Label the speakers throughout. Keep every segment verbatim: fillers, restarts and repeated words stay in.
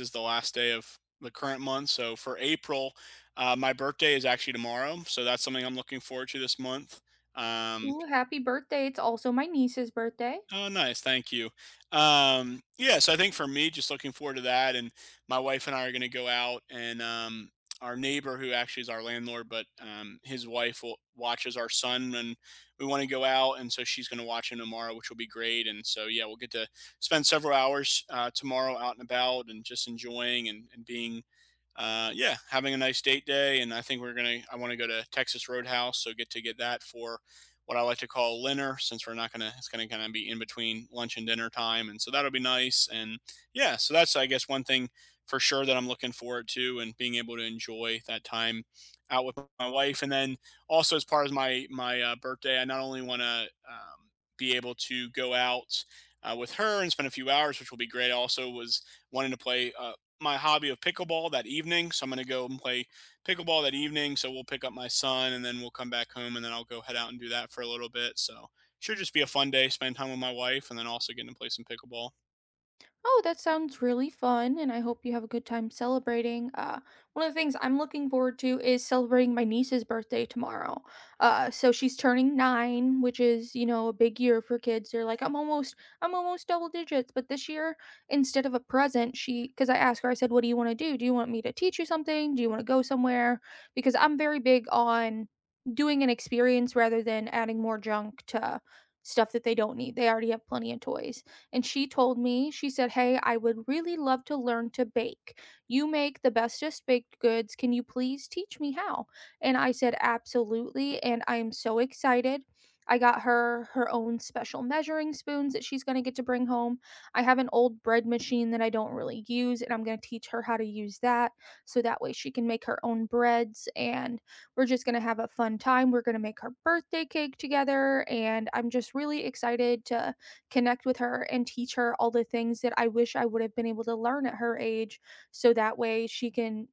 Speaker 1: Is the last day of the current month. So for April, uh, my birthday is actually tomorrow. So that's something I'm looking forward to this month. Um,
Speaker 2: Ooh, happy birthday. It's also my niece's birthday.
Speaker 1: oh, nice. Thank you. Um, yeah. So I think for me, just looking forward to that. And my wife and I are going to go out and, um, our neighbor who actually is our landlord, but, um, his wife will, watches our son and we want to go out. And so she's going to watch him tomorrow, which will be great. And so, yeah, we'll get to spend several hours, uh, tomorrow out and about and just enjoying and, and being, uh, yeah, having a nice date day. And I think we're gonna. I want to go to Texas Roadhouse, so get to get that for what I like to call dinner, since we're not gonna. It's gonna kind of be in between lunch and dinner time, and so that'll be nice. And yeah, so that's, I guess, one thing for sure that I'm looking forward to, and being able to enjoy that time out with my wife. And then also as part of my my uh, birthday, I not only want to um, be able to go out uh, with her and spend a few hours, which will be great. I also was wanting to play uh, my hobby of pickleball that evening. So I'm going to go and play pickleball that evening. So we'll pick up my son and then we'll come back home and then I'll go head out and do that for a little bit. So should just be a fun day, spend time with my wife and then also getting to play some pickleball.
Speaker 2: Oh, that sounds really fun, and I hope you have a good time celebrating. Uh, one of the things I'm looking forward to is celebrating my niece's birthday tomorrow. Uh, so she's turning nine, which is, you know, a big year for kids. They're like, I'm almost, I'm almost double digits. But this year, instead of a present, she, because I asked her, I said, "What do you want to do? Do you want me to teach you something? Do you want to go somewhere?" Because I'm very big on doing an experience rather than adding more junk to stuff that they don't need. They already have plenty of toys. And she told me, she said, "Hey, I would really love to learn to bake. You make the bestest baked goods. Can you please teach me how?" And I said, "Absolutely." And I am so excited. I got her her own special measuring spoons that she's going to get to bring home. I have an old bread machine that I don't really use, and I'm going to teach her how to use that so that way she can make her own breads. And we're just going to have a fun time. We're going to make her birthday cake together, and I'm just really excited to connect with her and teach her all the things that I wish I would have been able to learn at her age so that way she can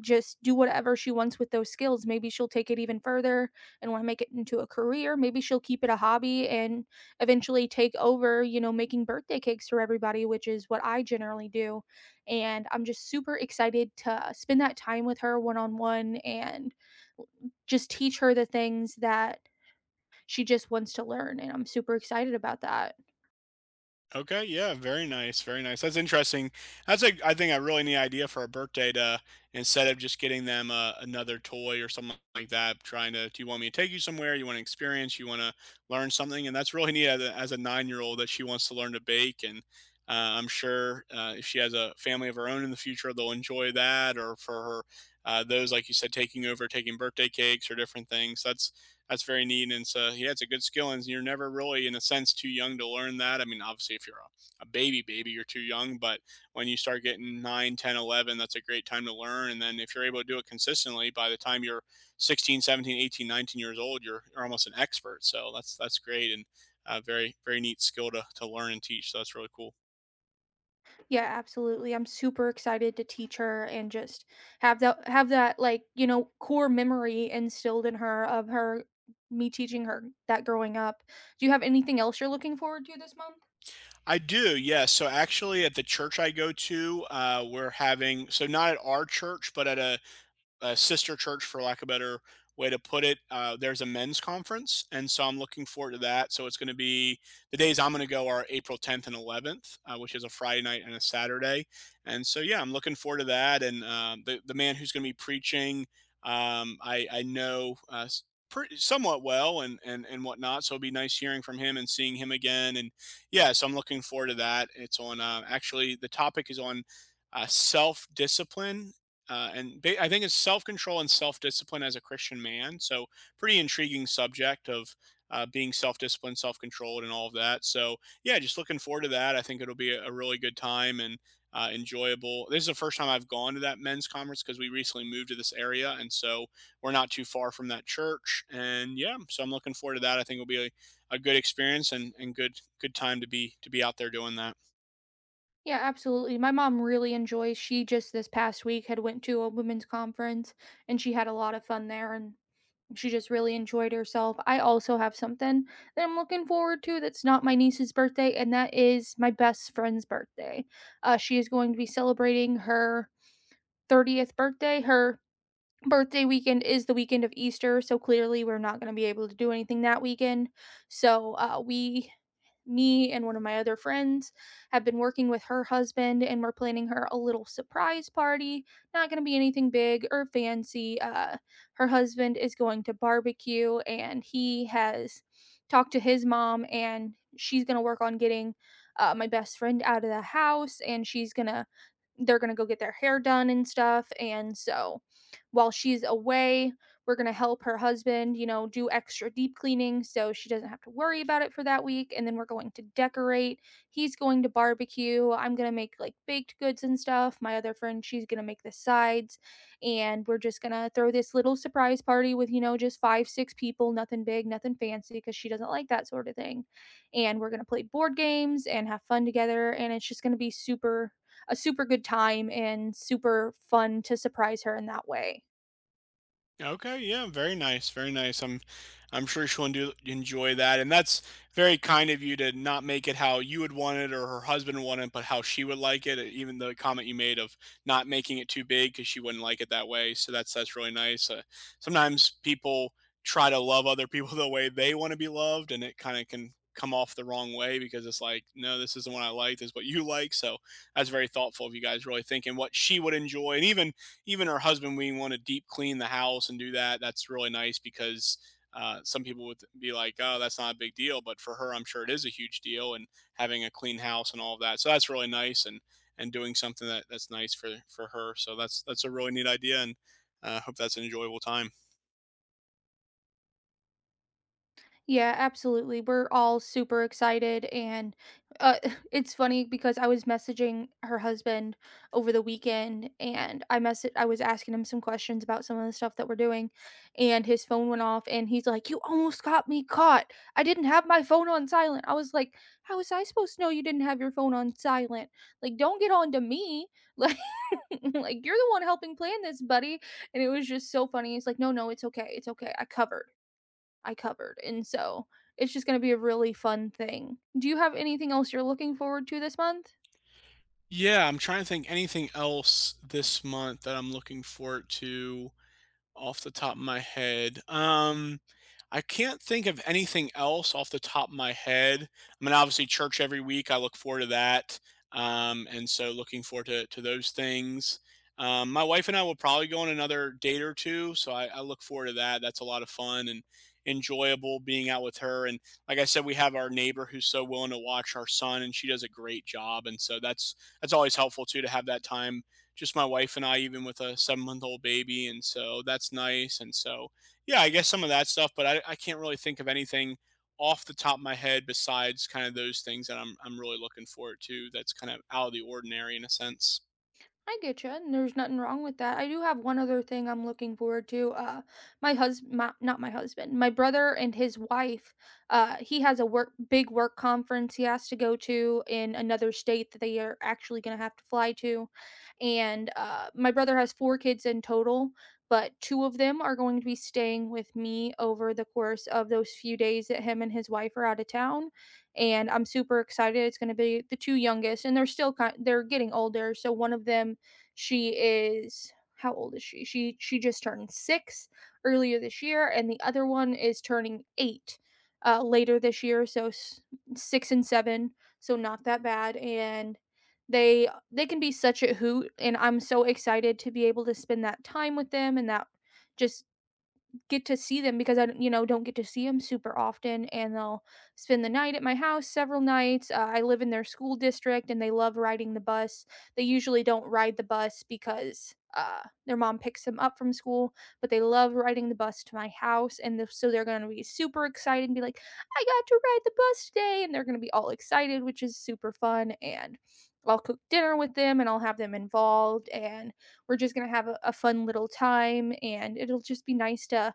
Speaker 2: just do whatever she wants with those skills. Maybe she'll take it even further and want to make it into a career. Maybe she'll keep it a hobby and eventually take over, you know, making birthday cakes for everybody, which is what I generally do. And I'm just super excited to spend that time with her one on one and just teach her the things that she just wants to learn. And I'm super excited about that.
Speaker 1: Okay, yeah, very nice, very nice. That's interesting. That's, a I think, a really neat idea for a birthday to, instead of just getting them uh, another toy or something like that, trying to, do you want me to take you somewhere? You want to experience? You want to learn something? And that's really neat as a, as a nine-year-old that she wants to learn to bake. And uh, I'm sure uh, if she has a family of her own in the future, they'll enjoy that. Or for her, uh, those, like you said, taking over, taking birthday cakes or different things. That's that's very neat. And so, yeah, it's a good skill, and you're never really, in a sense, too young to learn that. I mean, obviously, if you're a, a baby, baby, you're too young, but when you start getting nine, ten, eleven, that's a great time to learn. And then if you're able to do it consistently, by the time you're sixteen, seventeen, eighteen, nineteen years old, you're, you're almost an expert. So that's that's great. And a very very neat skill to, to learn and teach. So that's really cool.
Speaker 2: Yeah, absolutely. I'm super excited to teach her and just have that have that like, you know, core memory instilled in her of her me teaching her that growing up. Do you have anything else you're looking forward to this month?
Speaker 1: I do, yes. So actually at the church I go to, uh, we're having, so not at our church but at a a sister church, for lack of a better way to put it. Uh, there's a men's conference, and so I'm looking forward to that. So it's going to be, the days I'm going to go are April tenth and eleventh, uh, which is a Friday night and a Saturday. And so yeah, I'm looking forward to that. And um, the the man who's going to be preaching, um, I I know. Uh, Pretty, somewhat well and, and and whatnot, so it'll be nice hearing from him and seeing him again. And yeah, so I'm looking forward to that. It's on, uh, actually the topic is on uh, self discipline, uh, and I think it's self control and self discipline as a Christian man. So pretty intriguing subject of uh, being self disciplined, self controlled, and all of that. So yeah, just looking forward to that. I think it'll be a, a really good time and uh, enjoyable. This is the first time I've gone to that men's conference because we recently moved to this area, and so we're not too far from that church. And yeah, so I'm looking forward to that. I think it'll be a, a good experience and, and good good time to be to be out there doing that.
Speaker 2: Yeah, absolutely. My mom really enjoys. She just this past week had went to a women's conference and she had a lot of fun there and she just really enjoyed herself. I also have something that I'm looking forward to that's not my niece's birthday, and that is my best friend's birthday. Uh, she is going to be celebrating her thirtieth birthday. Her birthday weekend is the weekend of Easter, so clearly we're not going to be able to do anything that weekend. So uh, we, me and one of my other friends have been working with her husband, and we're planning her a little surprise party. Not going to be anything big or fancy. Uh, her husband is going to barbecue, and he has talked to his mom, and she's going to work on getting. Uh, my best friend out of the house, and she's gonna they're gonna go get their hair done and stuff. And so while she's away, we're going to help her husband, you know, do extra deep cleaning so she doesn't have to worry about it for that week. And then we're going to decorate. He's going to barbecue. I'm going to make like baked goods and stuff. My other friend, she's going to make the sides. And we're just going to throw this little surprise party with, you know, just five, six people, nothing big, nothing fancy, because she doesn't like that sort of thing. And we're going to play board games and have fun together. And it's just going to be super, A super good time and super fun to surprise her in that way.
Speaker 1: Okay, yeah, very nice, very nice. I'm I'm sure she'll endu- enjoy that. And that's very kind of you to not make it how you would want it or her husband wanted it, but how she would like it. Even the comment you made of not making it too big because she wouldn't like it that way. So that's that's really nice. Uh, sometimes people try to love other people the way they want to be loved, and it kind of can come off the wrong way because it's like, no, this isn't what I like. This is what you like. So that's very thoughtful of you guys really thinking what she would enjoy, and even even her husband, we want to deep clean the house and do that. That's really nice because uh, some people would be like, oh, that's not a big deal, but for her I'm sure it is a huge deal, and having a clean house and all of that. So that's really nice, and and doing something that that's nice for for her. So that's that's a really neat idea. And I uh, hope that's an enjoyable time.
Speaker 2: Yeah, absolutely. We're all super excited. And uh, it's funny because I was messaging her husband over the weekend and I mess I was asking him some questions about some of the stuff that we're doing. And his phone went off and he's like, "You almost got me caught. I didn't have my phone on silent." I was like, "How was I supposed to know you didn't have your phone on silent? Like, don't get on to me." Like, like you're the one helping plan this, buddy. And it was just so funny. He's like, "No, no, it's okay. It's okay. I covered. I covered." And so it's just gonna be a really fun thing. Do you have anything else you're looking forward to this month?
Speaker 1: Yeah, I'm trying to think, anything else this month that I'm looking forward to off the top of my head. Um, I can't think of anything else off the top of my head. I mean, obviously, church every week. I look forward to that, um, and so looking forward to to those things. Um, my wife and I will probably go on another date or two, so I, I look forward to that. That's a lot of fun and enjoyable being out with her. And like I said, we have our neighbor who's so willing to watch our son, and she does a great job. And so that's that's always helpful too to have that time, just my wife and I, even with a seven month old baby. And so that's nice. And so, yeah, I guess some of that stuff, but I, I can't really think of anything off the top of my head besides kind of those things that I'm, I'm really looking forward to that's kind of out of the ordinary in a sense.
Speaker 2: I get you, and there's nothing wrong with that. I do have one other thing I'm looking forward to. Uh, my husband, my, not my husband, my brother and his wife. Uh, he has a work big work conference he has to go to in another state that they are actually going to have to fly to, and uh, my brother has four kids in total, but two of them are going to be staying with me over the course of those few days that him and his wife are out of town, and I'm super excited. It's going to be the two youngest, and they're still kind, they're getting older, so one of them, she is how old is she? She she just turned six earlier this year, and the other one is turning eight uh later this year, so s- six and seven, so not that bad. And they they can be such a hoot, and I'm so excited to be able to spend that time with them. And that, just get to see them, because I, you know, don't get to see them super often. And they'll spend the night at my house several nights. Uh, I live in their school district and they love riding the bus. They usually don't ride the bus because uh, their mom picks them up from school, but they love riding the bus to my house. And the, so they're going to be super excited and be like, "I got to ride the bus today." And they're going to be all excited, which is super fun. And I'll cook dinner with them and I'll have them involved. And we're just going to have a, a fun little time. And it'll just be nice to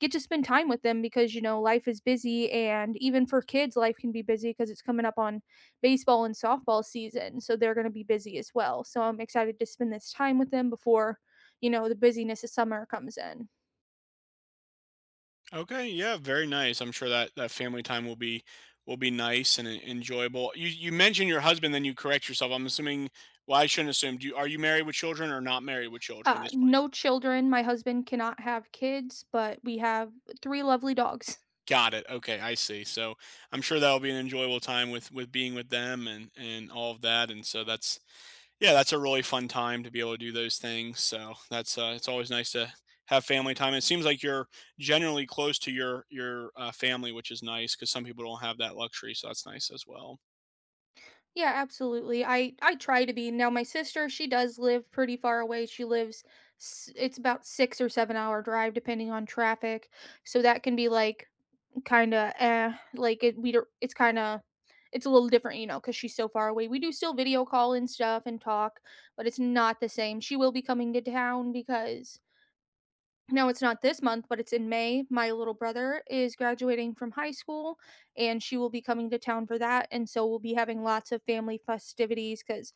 Speaker 2: get to spend time with them, because you know life is busy, and even for kids life can be busy because it's coming up on baseball and softball season, so they're going to be busy as well. So I'm excited to spend this time with them before, you know, the busyness of summer comes in.
Speaker 1: Okay, yeah, very nice. I'm sure that that family time will be will be nice and en- enjoyable. You you mentioned your husband, then you correct yourself. I'm assuming. Well, I shouldn't assume. Do you, are you married with children or not married with children at
Speaker 2: Uh,
Speaker 1: this point?
Speaker 2: no children. My husband cannot have kids, but we have three lovely dogs.
Speaker 1: Got it. Okay, I see. So I'm sure that'll be an enjoyable time with with being with them and and all of that. And so that's yeah, that's a really fun time to be able to do those things. So that's uh, it's always nice to have family time. It seems like you're generally close to your your uh, family, which is nice because some people don't have that luxury. So that's nice as well.
Speaker 2: Yeah, absolutely. I i try to be. Now my sister, she does live pretty far away. She lives s- it's about six or seven hour drive depending on traffic, so that can be like, kinda, eh, like, it we don't it's kinda, it's a little different, you know, because she's so far away. We do still video call and stuff and talk, but it's not the same. She will be coming to town because, no, it's not this month, but it's in May. My little brother is graduating from high school, and she will be coming to town for that, and so we'll be having lots of family festivities because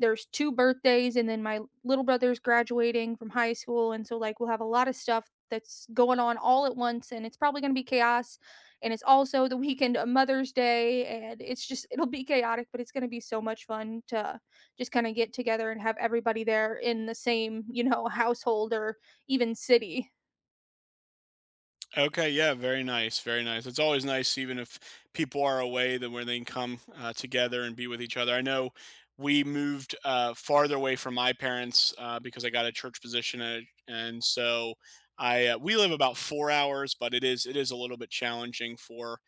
Speaker 2: there's two birthdays and then my little brother's graduating from high school. And so like we'll have a lot of stuff that's going on all at once, and it's probably going to be chaos. And it's also the weekend of Mother's Day. And it's just, it'll be chaotic, but it's going to be so much fun to just kind of get together and have everybody there in the same, you know, household or even city.
Speaker 1: Okay, yeah, very nice, very nice. It's always nice, even if people are away, then where they can come uh, together and be with each other. I know we moved uh, farther away from my parents uh, because I got a church position, at, and so I uh, we live about four hours, but it is it is a little bit challenging for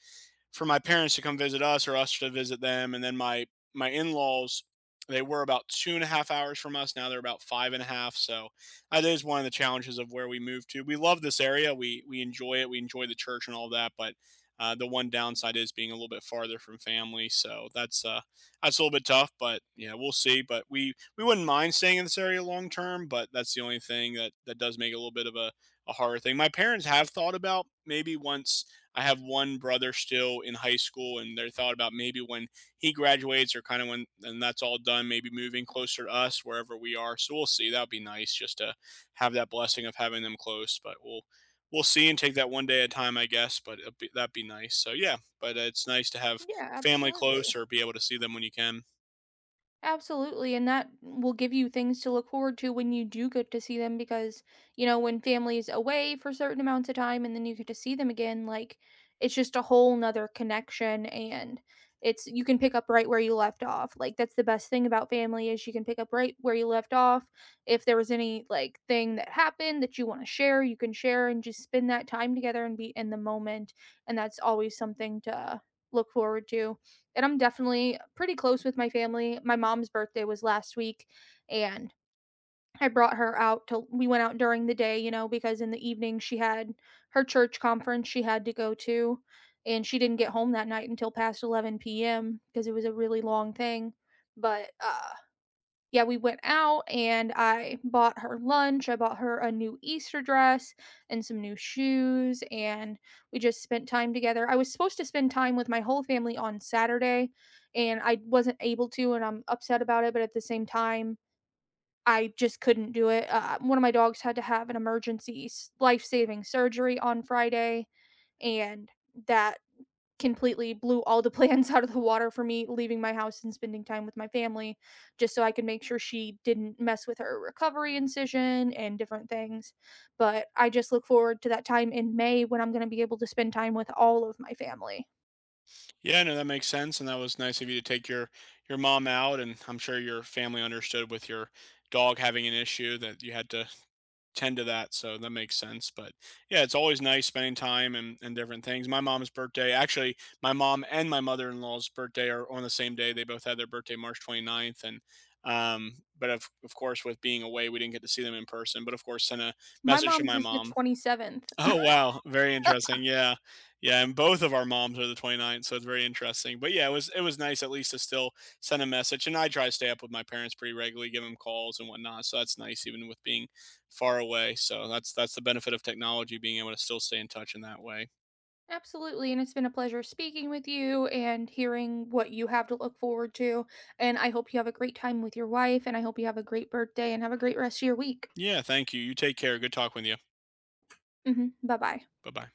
Speaker 1: for my parents to come visit us or us to visit them. And then my my in laws, they were about two and a half hours from us. Now they're about five and a half. So that is one of the challenges of where we moved to. We love this area. We we enjoy it. We enjoy the church and all that. But uh, the one downside is being a little bit farther from family. So that's uh that's a little bit tough. But yeah, we'll see. But we we wouldn't mind staying in this area long term. But that's the only thing that that does make it a little bit of a a horror thing. My parents have thought about maybe once, I have one brother still in high school, and they're thought about maybe when he graduates or kind of when and that's all done, maybe moving closer to us wherever we are. So we'll see. That'd be nice just to have that blessing of having them close, but we'll we'll see and take that one day at a time, I guess. But it'd be, that'd be nice. So yeah, but it's nice to have
Speaker 2: Yeah,
Speaker 1: family
Speaker 2: absolutely.
Speaker 1: close or be able to see them when you can.
Speaker 2: Absolutely, and that will give you things to look forward to when you do get to see them, because, you know, when family is away for certain amounts of time and then you get to see them again, like, it's just a whole nother connection. And it's you can pick up right where you left off. Like that's the best thing about family, is you can pick up right where you left off. If there was any like thing that happened that you want to share, you can share, and just spend that time together and be in the moment. And that's always something to look forward to. And I'm definitely pretty close with my family. My mom's birthday was last week, and I brought her out to we went out during the day, you know, because in the evening she had her church conference she had to go to, and she didn't get home that night until past eleven p m because it was a really long thing. But uh yeah, we went out and I bought her lunch, I bought her a new Easter dress and some new shoes, and we just spent time together. I was supposed to spend time with my whole family on Saturday, and I wasn't able to, and I'm upset about it, but at the same time, I just couldn't do it. Uh, one of my dogs had to have an emergency s- life-saving surgery on Friday, and that completely blew all the plans out of the water for me leaving my house and spending time with my family just so I could make sure she didn't mess with her recovery incision and different things. But I just look forward to that time in May when I'm going to be able to spend time with all of my family.
Speaker 1: Yeah, no, that makes sense, and that was nice of you to take your your mom out, and I'm sure your family understood with your dog having an issue that you had to tend to that, so that makes sense. But yeah, it's always nice spending time and, and different things. My mom's birthday, actually my mom and my mother-in-law's birthday are on the same day. They both had their birthday March twenty-ninth, and um but of, of course with being away we didn't get to see them in person, but of course sent a
Speaker 2: My
Speaker 1: message to
Speaker 2: mom's
Speaker 1: my
Speaker 2: is the
Speaker 1: mom.
Speaker 2: twenty-seventh.
Speaker 1: Oh, wow. Very interesting. Yeah. Yeah, and both of our moms are the 29th, so it's very interesting. But yeah, it was it was nice at least to still send a message. And I try to stay up with my parents pretty regularly, give them calls and whatnot. So that's nice, even with being far away. So that's that's the benefit of technology, being able to still stay in touch in that way.
Speaker 2: Absolutely. And it's been a pleasure speaking with you and hearing what you have to look forward to. And I hope you have a great time with your wife. And I hope you have a great birthday and have a great rest of your week.
Speaker 1: Yeah, thank you. You take care. Good talking with you.
Speaker 2: Hmm. Bye bye.
Speaker 1: Bye bye.